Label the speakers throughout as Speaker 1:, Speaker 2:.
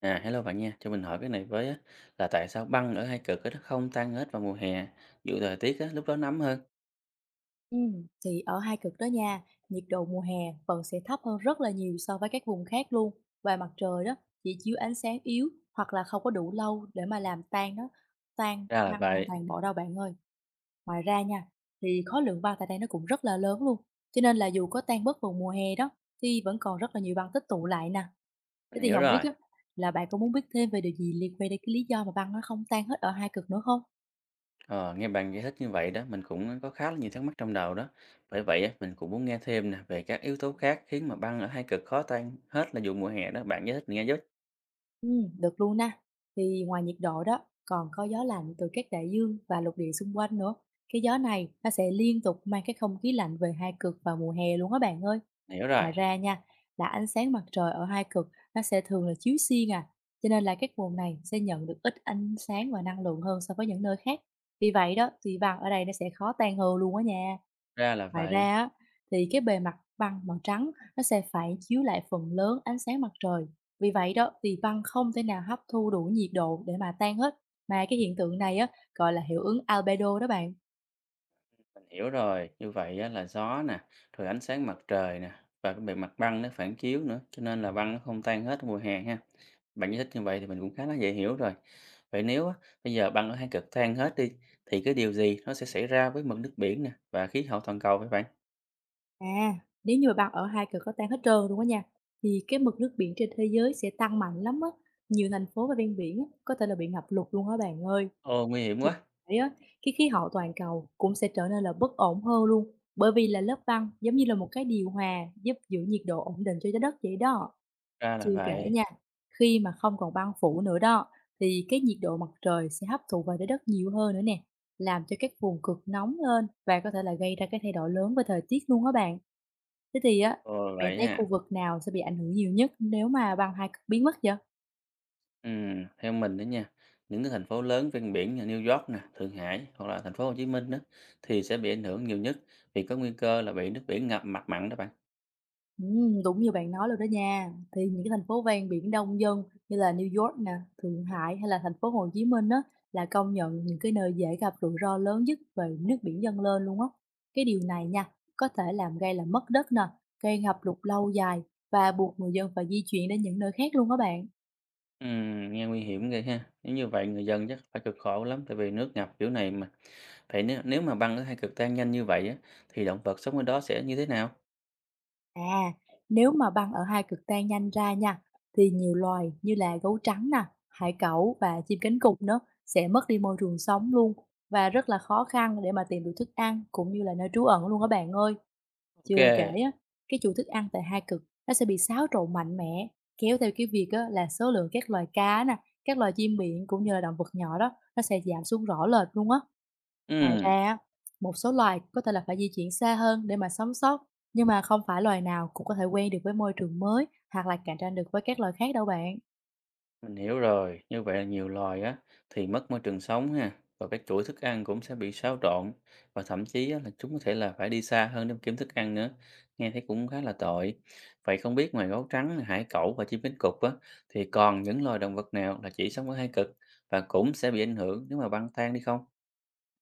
Speaker 1: À, hello bạn nha, cho mình hỏi cái này với á, là tại sao băng ở hai cực á, nó không tan hết vào mùa hè, dù thời tiết á, lúc đó nóng hơn?
Speaker 2: Thì ở hai cực đó nha, nhiệt độ mùa hè vẫn sẽ thấp hơn rất là nhiều so với các vùng khác luôn. Và mặt trời đó chỉ chiếu ánh sáng yếu hoặc là không có đủ lâu để mà làm tan nó, tan
Speaker 1: Ra là
Speaker 2: băng hoàn
Speaker 1: vậy,
Speaker 2: toàn bộ đâu bạn ơi. Ngoài ra nha, thì khối lượng băng tại đây nó cũng rất là lớn luôn. Cho nên là dù có tan bớt vào mùa hè đó thì vẫn còn rất là nhiều băng tích tụ lại nè. Thế
Speaker 1: mình
Speaker 2: thì
Speaker 1: hiểu
Speaker 2: không biết
Speaker 1: rồi.
Speaker 2: á, là bạn có muốn biết thêm về điều gì liên quan đến cái lý do mà băng nó không tan hết ở hai cực nữa không?
Speaker 1: Ờ, nghe bạn giải thích như vậy đó, mình cũng có khá là nhiều thắc mắc trong đầu đó. Bởi vậy á, mình cũng muốn nghe thêm nè về các yếu tố khác khiến mà băng ở hai cực khó tan hết là dù mùa hè đó, bạn giải thích mình nghe giúp.
Speaker 2: Được luôn nè. Thì ngoài nhiệt độ đó, còn có gió lạnh từ các đại dương và lục địa xung quanh nữa. Cái gió này nó sẽ liên tục mang cái không khí lạnh về hai cực vào mùa hè luôn á bạn ơi.
Speaker 1: Hiểu rồi,
Speaker 2: Ngoài ra nha, là ánh sáng mặt trời ở hai cực nó sẽ thường là chiếu xuyên à. Cho nên là các vùng này sẽ nhận được ít ánh sáng và năng lượng hơn so với những nơi khác. Vì vậy đó, thì băng ở đây nó sẽ khó tan hơn luôn á nha.
Speaker 1: ra là
Speaker 2: Ngoài
Speaker 1: vậy.
Speaker 2: ra á, thì cái bề mặt băng màu trắng nó sẽ phải chiếu lại phần lớn ánh sáng mặt trời. Vì vậy đó thì băng không thể nào hấp thu đủ nhiệt độ để mà tan hết. Mà cái hiện tượng này á gọi là hiệu ứng albedo đó bạn.
Speaker 1: Mình hiểu rồi, như vậy á, là gió nè, rồi ánh sáng mặt trời nè và cái bề mặt băng nó phản chiếu nữa, cho nên là băng nó không tan hết mùa hè ha. Bạn giải thích như vậy thì mình cũng khá là dễ hiểu rồi. Vậy nếu á, bây giờ băng ở hai cực tan hết đi thì cái điều gì nó sẽ xảy ra với mực nước biển nè và khí hậu toàn cầu vậy bạn?
Speaker 2: À, nếu như mà băng ở hai cực có tan hết trơn đúng không nha thì cái mực nước biển trên thế giới sẽ tăng mạnh lắm á. Nhiều thành phố và ven biển á, có thể là bị ngập lụt luôn á bạn ơi.
Speaker 1: Ồ, nguy hiểm
Speaker 2: Chưa
Speaker 1: quá.
Speaker 2: kể á, cái khí hậu toàn cầu cũng sẽ trở nên là bất ổn hơn luôn, bởi vì là lớp băng giống như là một cái điều hòa giúp giữ nhiệt độ ổn định cho trái đất vậy đó.
Speaker 1: Ra là
Speaker 2: Chưa kể
Speaker 1: vậy.
Speaker 2: nha, khi mà không còn băng phủ nữa đó, thì cái nhiệt độ mặt trời sẽ hấp thụ vào trái đất nhiều hơn nữa nè, làm cho các vùng cực nóng lên và có thể là gây ra cái thay đổi lớn về thời tiết luôn á bạn. Thế thì á,
Speaker 1: Ồ
Speaker 2: bạn
Speaker 1: vậy
Speaker 2: thấy
Speaker 1: nha.
Speaker 2: khu vực nào sẽ bị ảnh hưởng nhiều nhất nếu mà băng hai cực biến mất vậy?
Speaker 1: Theo mình đó nha, những cái thành phố lớn ven biển như New York nè, Thượng Hải hoặc là thành phố Hồ Chí Minh đó thì sẽ bị ảnh hưởng nhiều nhất vì có nguy cơ là bị nước biển ngập mặt mặn đó bạn.
Speaker 2: Đúng như bạn nói luôn đó nha. Thì những cái thành phố ven biển đông dân như là New York nè, Thượng Hải hay là thành phố Hồ Chí Minh á là công nhận những cái nơi dễ gặp rủi ro lớn nhất về nước biển dâng lên luôn á. Cái điều này nha, có thể làm gây là mất đất nè, gây ngập lụt lâu dài và buộc người dân phải di chuyển đến những nơi khác luôn đó bạn.
Speaker 1: Nghe nguy hiểm ghê ha. Nếu như vậy người dân chắc phải cực khổ lắm tại vì nước ngập kiểu này mà. Vậy nếu nếu mà băng ở hai cực tan nhanh như vậy á thì động vật sống ở đó sẽ như thế nào?
Speaker 2: À, nếu mà băng ở hai cực tan nhanh ra nha, thì nhiều loài như là gấu trắng nè, hải cẩu và chim cánh cụt nữa sẽ mất đi môi trường sống luôn và rất là khó khăn để mà tìm được thức ăn cũng như là nơi trú ẩn luôn các bạn ơi.
Speaker 1: Ok.
Speaker 2: Chưa kể á, cái chuỗi thức ăn tại hai cực nó sẽ bị xáo trộn mạnh mẽ, kéo theo cái việc á, là số lượng các loài cá nè, các loài chim biển cũng như là động vật nhỏ đó nó sẽ giảm xuống rõ rệt luôn á. Ngoài
Speaker 1: Ừm.
Speaker 2: ra á, một số loài có thể là phải di chuyển xa hơn để mà sống sót, nhưng mà không phải loài nào cũng có thể quen được với môi trường mới hoặc là cạnh tranh được với các loài khác đâu bạn.
Speaker 1: Mình hiểu rồi, như vậy là nhiều loài á thì mất môi trường sống ha và các chuỗi thức ăn cũng sẽ bị xáo trộn và thậm chí á, là chúng có thể là phải đi xa hơn để mà kiếm thức ăn nữa. Nghe thấy cũng khá là tội. Vậy không biết ngoài gấu trắng, hải cẩu và chim cánh cụt á thì còn những loài động vật nào là chỉ sống ở hai cực và cũng sẽ bị ảnh hưởng nếu mà băng tan đi không?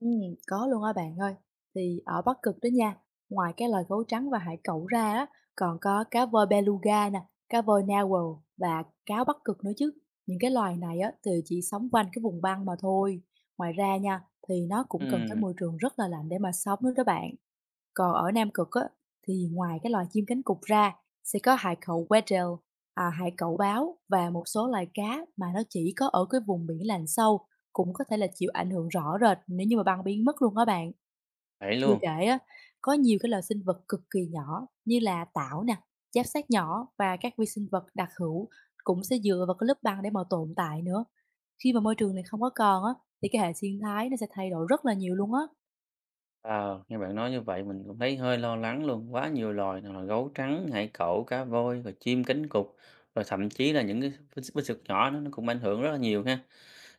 Speaker 2: Ừ, có luôn á bạn ơi. Thì ở Bắc Cực đó nha, ngoài cái loài gấu trắng và hải cẩu ra á, còn có cá voi beluga nè, cá voi narwhal và cáo Bắc Cực nữa chứ. Những cái loài này á thì chỉ sống quanh cái vùng băng mà thôi. Ngoài ra nha, thì nó cũng cần cái
Speaker 1: Ừ,
Speaker 2: môi trường rất là lạnh để mà sống nữa đó bạn. Còn ở Nam Cực á, thì ngoài cái loài chim cánh cụt ra, sẽ có hải cẩu Weddell, à, hải cẩu báo và một số loài cá mà nó chỉ có ở cái vùng biển lành sâu, cũng có thể là chịu ảnh hưởng rõ rệt nếu như mà băng biến mất luôn đó bạn.
Speaker 1: vậy
Speaker 2: Chưa
Speaker 1: luôn.
Speaker 2: kể á, có nhiều cái loài sinh vật cực kỳ nhỏ như là tảo nè, giáp xác nhỏ và các vi sinh vật đặc hữu cũng sẽ dựa vào cái lớp băng để mà tồn tại nữa. Khi mà môi trường này không có còn á, thì cái hệ sinh thái nó sẽ thay đổi rất là nhiều luôn á.
Speaker 1: Ờ, nghe bạn nói như vậy mình cũng thấy hơi lo lắng luôn. Quá nhiều loài nào là gấu trắng, hải cẩu, cá voi, rồi chim cánh cụt, rồi thậm chí là những cái bích bích sực nhỏ nó cũng ảnh hưởng rất là nhiều ha.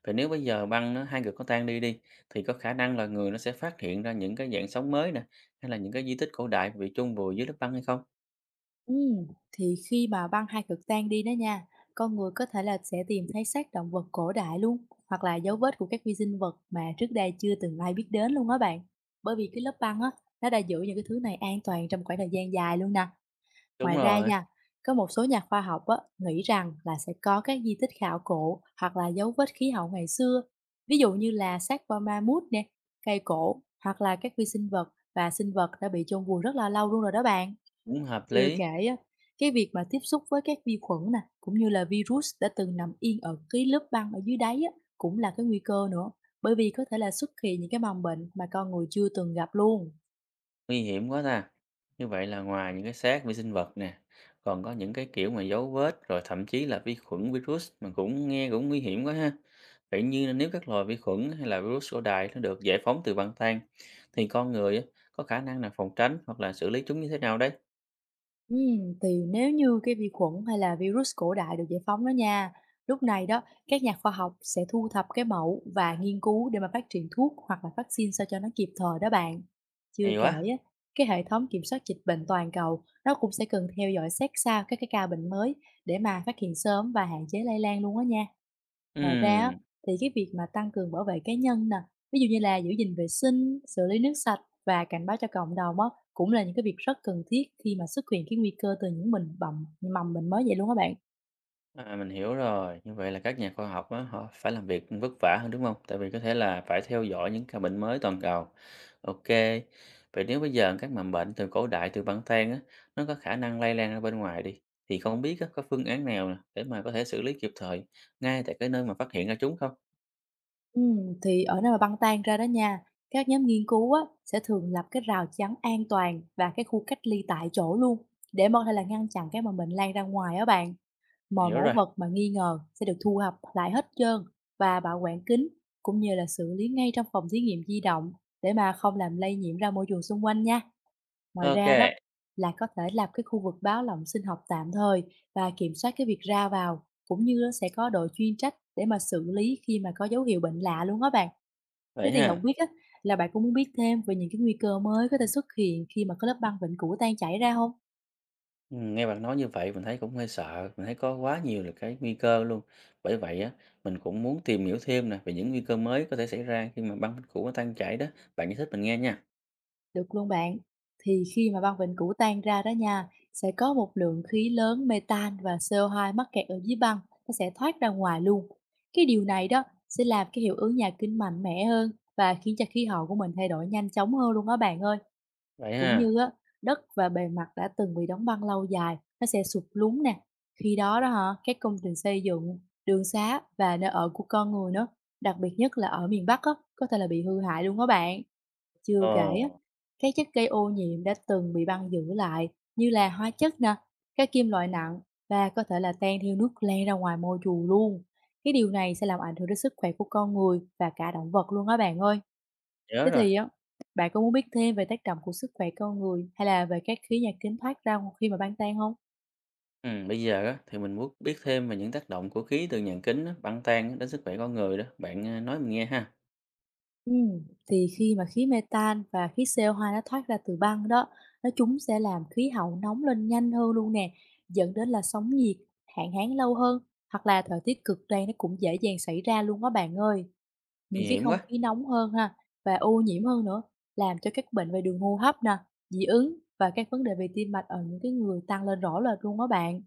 Speaker 1: Vậy nếu bây giờ băng nó hai cực có tan đi đi thì có khả năng là người nó sẽ phát hiện ra những cái dạng sống mới nè hay là những cái di tích cổ đại bị chôn vùi dưới lớp băng hay không?
Speaker 2: Ừ, thì khi mà băng hai cực tan đi đó nha, con người có thể là sẽ tìm thấy xác động vật cổ đại luôn, hoặc là dấu vết của các vi sinh vật mà trước đây chưa từng ai biết đến luôn á bạn. Bởi vì cái lớp băng á, nó đã giữ những cái thứ này an toàn trong khoảng thời gian dài luôn nè.
Speaker 1: Đúng
Speaker 2: Ngoài ra
Speaker 1: rồi,
Speaker 2: nha, có một số nhà khoa học á, nghĩ rằng là sẽ có các di tích khảo cổ hoặc là dấu vết khí hậu ngày xưa, ví dụ như là xác qua ma mút nè, cây cổ hoặc là các vi sinh vật và sinh vật đã bị chôn vùi rất là lâu luôn rồi đó bạn.
Speaker 1: cũng hợp
Speaker 2: Chưa
Speaker 1: lý,
Speaker 2: kể á, cái việc mà tiếp xúc với các vi khuẩn nè, cũng như là virus đã từng nằm yên ở cái lớp băng ở dưới đáy á, cũng là cái nguy cơ nữa, bởi vì có thể là xuất hiện những cái mầm bệnh mà con người chưa từng gặp luôn.
Speaker 1: nguy hiểm quá ta. Như vậy là ngoài những cái xác vi sinh vật nè, còn có những cái kiểu mà dấu vết rồi thậm chí là vi khuẩn virus mà cũng nghe cũng nguy hiểm quá ha. Vậy như nếu các loài vi khuẩn hay là virus cổ đại nó được giải phóng từ băng than thì con người á, có khả năng là phòng tránh hoặc là xử lý chúng như thế nào đấy?
Speaker 2: Thì nếu như cái vi khuẩn hay là virus cổ đại được giải phóng đó nha, lúc này đó các nhà khoa học sẽ thu thập cái mẫu và nghiên cứu để mà phát triển thuốc hoặc là vaccine sao cho nó kịp thời đó bạn. Chưa
Speaker 1: Hay
Speaker 2: kể
Speaker 1: quá.
Speaker 2: á, cái hệ thống kiểm soát dịch bệnh toàn cầu nó cũng sẽ cần theo dõi sát sao các cái ca bệnh mới để mà phát hiện sớm và hạn chế lây lan luôn á nha. Ngoài ra á,
Speaker 1: Ừm,
Speaker 2: thì cái việc mà tăng cường bảo vệ cá nhân nè, ví dụ như là giữ gìn vệ sinh, xử lý nước sạch và cảnh báo cho cộng đồng á, cũng là những cái việc rất cần thiết khi mà xuất hiện cái nguy cơ từ những mình bầm mầm bệnh mới vậy luôn các bạn.
Speaker 1: à, mình hiểu rồi. Như vậy là các nhà khoa học á, họ phải làm việc vất vả hơn đúng không? Tại vì có thể là phải theo dõi những ca bệnh mới toàn cầu. Ok. Vậy nếu bây giờ các mầm bệnh từ cổ đại từ băng tan á, nó có khả năng lây lan ra bên ngoài đi thì không biết á, có phương án nào nè để mà có thể xử lý kịp thời ngay tại cái nơi mà phát hiện ra chúng không?
Speaker 2: Thì ở nơi mà băng tan ra đó nha, các nhóm nghiên cứu á, sẽ thường lập cái rào chắn an toàn và cái khu cách ly tại chỗ luôn để mong hay là ngăn chặn cái mà bệnh lan ra ngoài á bạn. Mọi
Speaker 1: Hiểu
Speaker 2: mẫu
Speaker 1: rồi.
Speaker 2: vật mà nghi ngờ sẽ được thu thập lại hết trơn và bảo quản kín cũng như là xử lý ngay trong phòng thí nghiệm di động để mà không làm lây nhiễm ra môi trường xung quanh nha. Ngoài
Speaker 1: Ok.
Speaker 2: ra đó là có thể lập cái khu vực báo lỏng sinh học tạm thời và kiểm soát cái việc ra vào cũng như sẽ có đội chuyên trách để mà xử lý khi mà có dấu hiệu bệnh lạ luôn đó bạn. Thế
Speaker 1: Vậy
Speaker 2: thì không
Speaker 1: ha.
Speaker 2: biết á, là bạn cũng muốn biết thêm về những cái nguy cơ mới có thể xuất hiện khi mà cái lớp băng vịnh cũ tan chảy ra không?
Speaker 1: Nghe bạn nói như vậy mình thấy cũng hơi sợ, mình thấy có quá nhiều là cái nguy cơ luôn. Bởi vậy á, mình cũng muốn tìm hiểu thêm nè về những nguy cơ mới có thể xảy ra khi mà băng phách cũ nó tan chảy đó. Bạn giải thích mình nghe nha.
Speaker 2: Được luôn bạn. Thì khi mà băng vịnh cũ tan ra đó nha, sẽ có một lượng khí lớn metan và CO2 mắc kẹt ở dưới băng, nó sẽ thoát ra ngoài luôn. Cái điều này đó sẽ làm cái hiệu ứng nhà kính mạnh mẽ hơn và khiến cho khí hậu của mình thay đổi nhanh chóng hơn luôn đó bạn ơi.
Speaker 1: Vậy
Speaker 2: Cũng
Speaker 1: ha.
Speaker 2: như á, đất và bề mặt đã từng bị đóng băng lâu dài, nó sẽ sụp lún nè. Khi đó đó hả, các công trình xây dựng, đường xá và nơi ở của con người nữa, đặc biệt nhất là ở miền Bắc á, có thể là bị hư hại luôn đó bạn. Chưa kể á,
Speaker 1: Ồ,
Speaker 2: các chất gây ô nhiễm đã từng bị băng giữ lại như là hóa chất nè, các kim loại nặng và có thể là tan theo nước len ra ngoài môi trường luôn. Cái điều này sẽ làm ảnh hưởng đến sức khỏe của con người và cả động vật luôn đó bạn ơi.
Speaker 1: nhớ
Speaker 2: Thế
Speaker 1: rồi.
Speaker 2: thì á, bạn có muốn biết thêm về tác động của sức khỏe con người hay là về các khí nhà kính thoát ra khi mà ban tan không?
Speaker 1: Bây giờ á, thì mình muốn biết thêm về những tác động của khí từ nhà kính á, băng tan á đến sức khỏe con người đó. Bạn à, nói mình nghe ha.
Speaker 2: Ừm, thì khi mà khí metan và khí CO2 nó thoát ra từ băng đó, chúng sẽ làm khí hậu nóng lên nhanh hơn luôn nè, dẫn đến là sóng nhiệt, hạn hán lâu hơn, hoặc là thời tiết cực đoan nó cũng dễ dàng xảy ra luôn đó bạn ơi. Những
Speaker 1: Nguy
Speaker 2: cái
Speaker 1: hiểm
Speaker 2: không
Speaker 1: quá.
Speaker 2: khí nóng hơn ha và ô nhiễm hơn nữa làm cho các bệnh về đường hô hấp nè, dị ứng và các vấn đề về tim mạch ở những cái người tăng lên rõ rệt luôn đó bạn.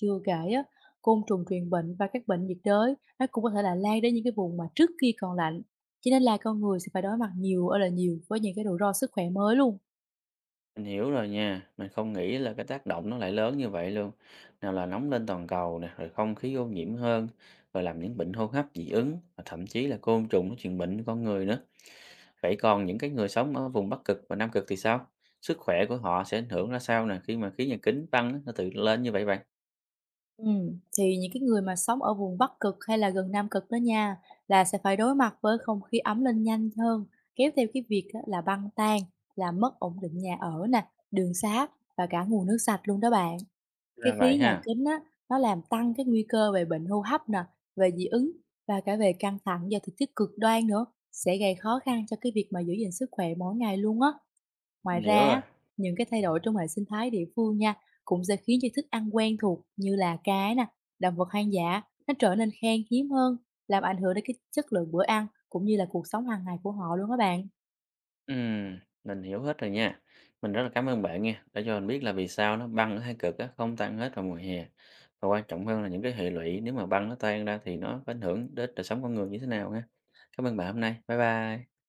Speaker 2: Chưa kể á, côn trùng truyền bệnh và các bệnh nhiệt đới nó cũng có thể là lan đến những cái vùng mà trước kia còn lạnh cho nên là con người sẽ phải đối mặt nhiều ơi là nhiều với những cái rủi ro sức khỏe mới luôn.
Speaker 1: Mình hiểu rồi nha, mình không nghĩ là cái tác động nó lại lớn như vậy luôn. Nào là nóng lên toàn cầu nè, rồi không khí ô nhiễm hơn, rồi làm những bệnh hô hấp dị ứng, và thậm chí là côn trùng nó truyền bệnh cho con người nữa. Vậy còn những cái người sống ở vùng Bắc Cực và Nam Cực thì sao? Sức khỏe của họ sẽ ảnh hưởng ra sao nè khi mà khí nhà kính tăng á, nó tự lên như vậy bạn?
Speaker 2: Thì những cái người mà sống ở vùng Bắc Cực hay là gần Nam Cực đó nha, là sẽ phải đối mặt với không khí ấm lên nhanh hơn, kéo theo cái việc á là băng tan, là mất ổn định nhà ở nè, đường xá và cả nguồn nước sạch luôn đó bạn. Cái
Speaker 1: Ra vậy
Speaker 2: khí nhà
Speaker 1: ha,
Speaker 2: kính á, nó làm tăng cái nguy cơ về bệnh hô hấp nè, về dị ứng và cả về căng thẳng do thời tiết cực đoan nữa, sẽ gây khó khăn cho cái việc mà giữ gìn sức khỏe mỗi ngày luôn á. Ngoài
Speaker 1: mình hiểu
Speaker 2: ra,
Speaker 1: rồi.
Speaker 2: á, những cái thay đổi trong hệ sinh thái địa phương nha, cũng sẽ khiến cho thức ăn quen thuộc như là cá nè, động vật hoang dã, nó trở nên khan hiếm hơn, làm ảnh hưởng đến cái chất lượng bữa ăn cũng như là cuộc sống hàng ngày của họ luôn các bạn.
Speaker 1: Ừm, mình hiểu hết rồi nha. Mình rất là cảm ơn bạn nha, đã cho mình biết là vì sao nó băng ở thái cực á, không tan hết vào mùa hè. Và quan trọng hơn là những cái hệ lụy nếu mà băng nó tan ra thì nó có ảnh hưởng đến đời sống con người như thế nào ha. Cảm ơn bạn hôm nay. Bye bye.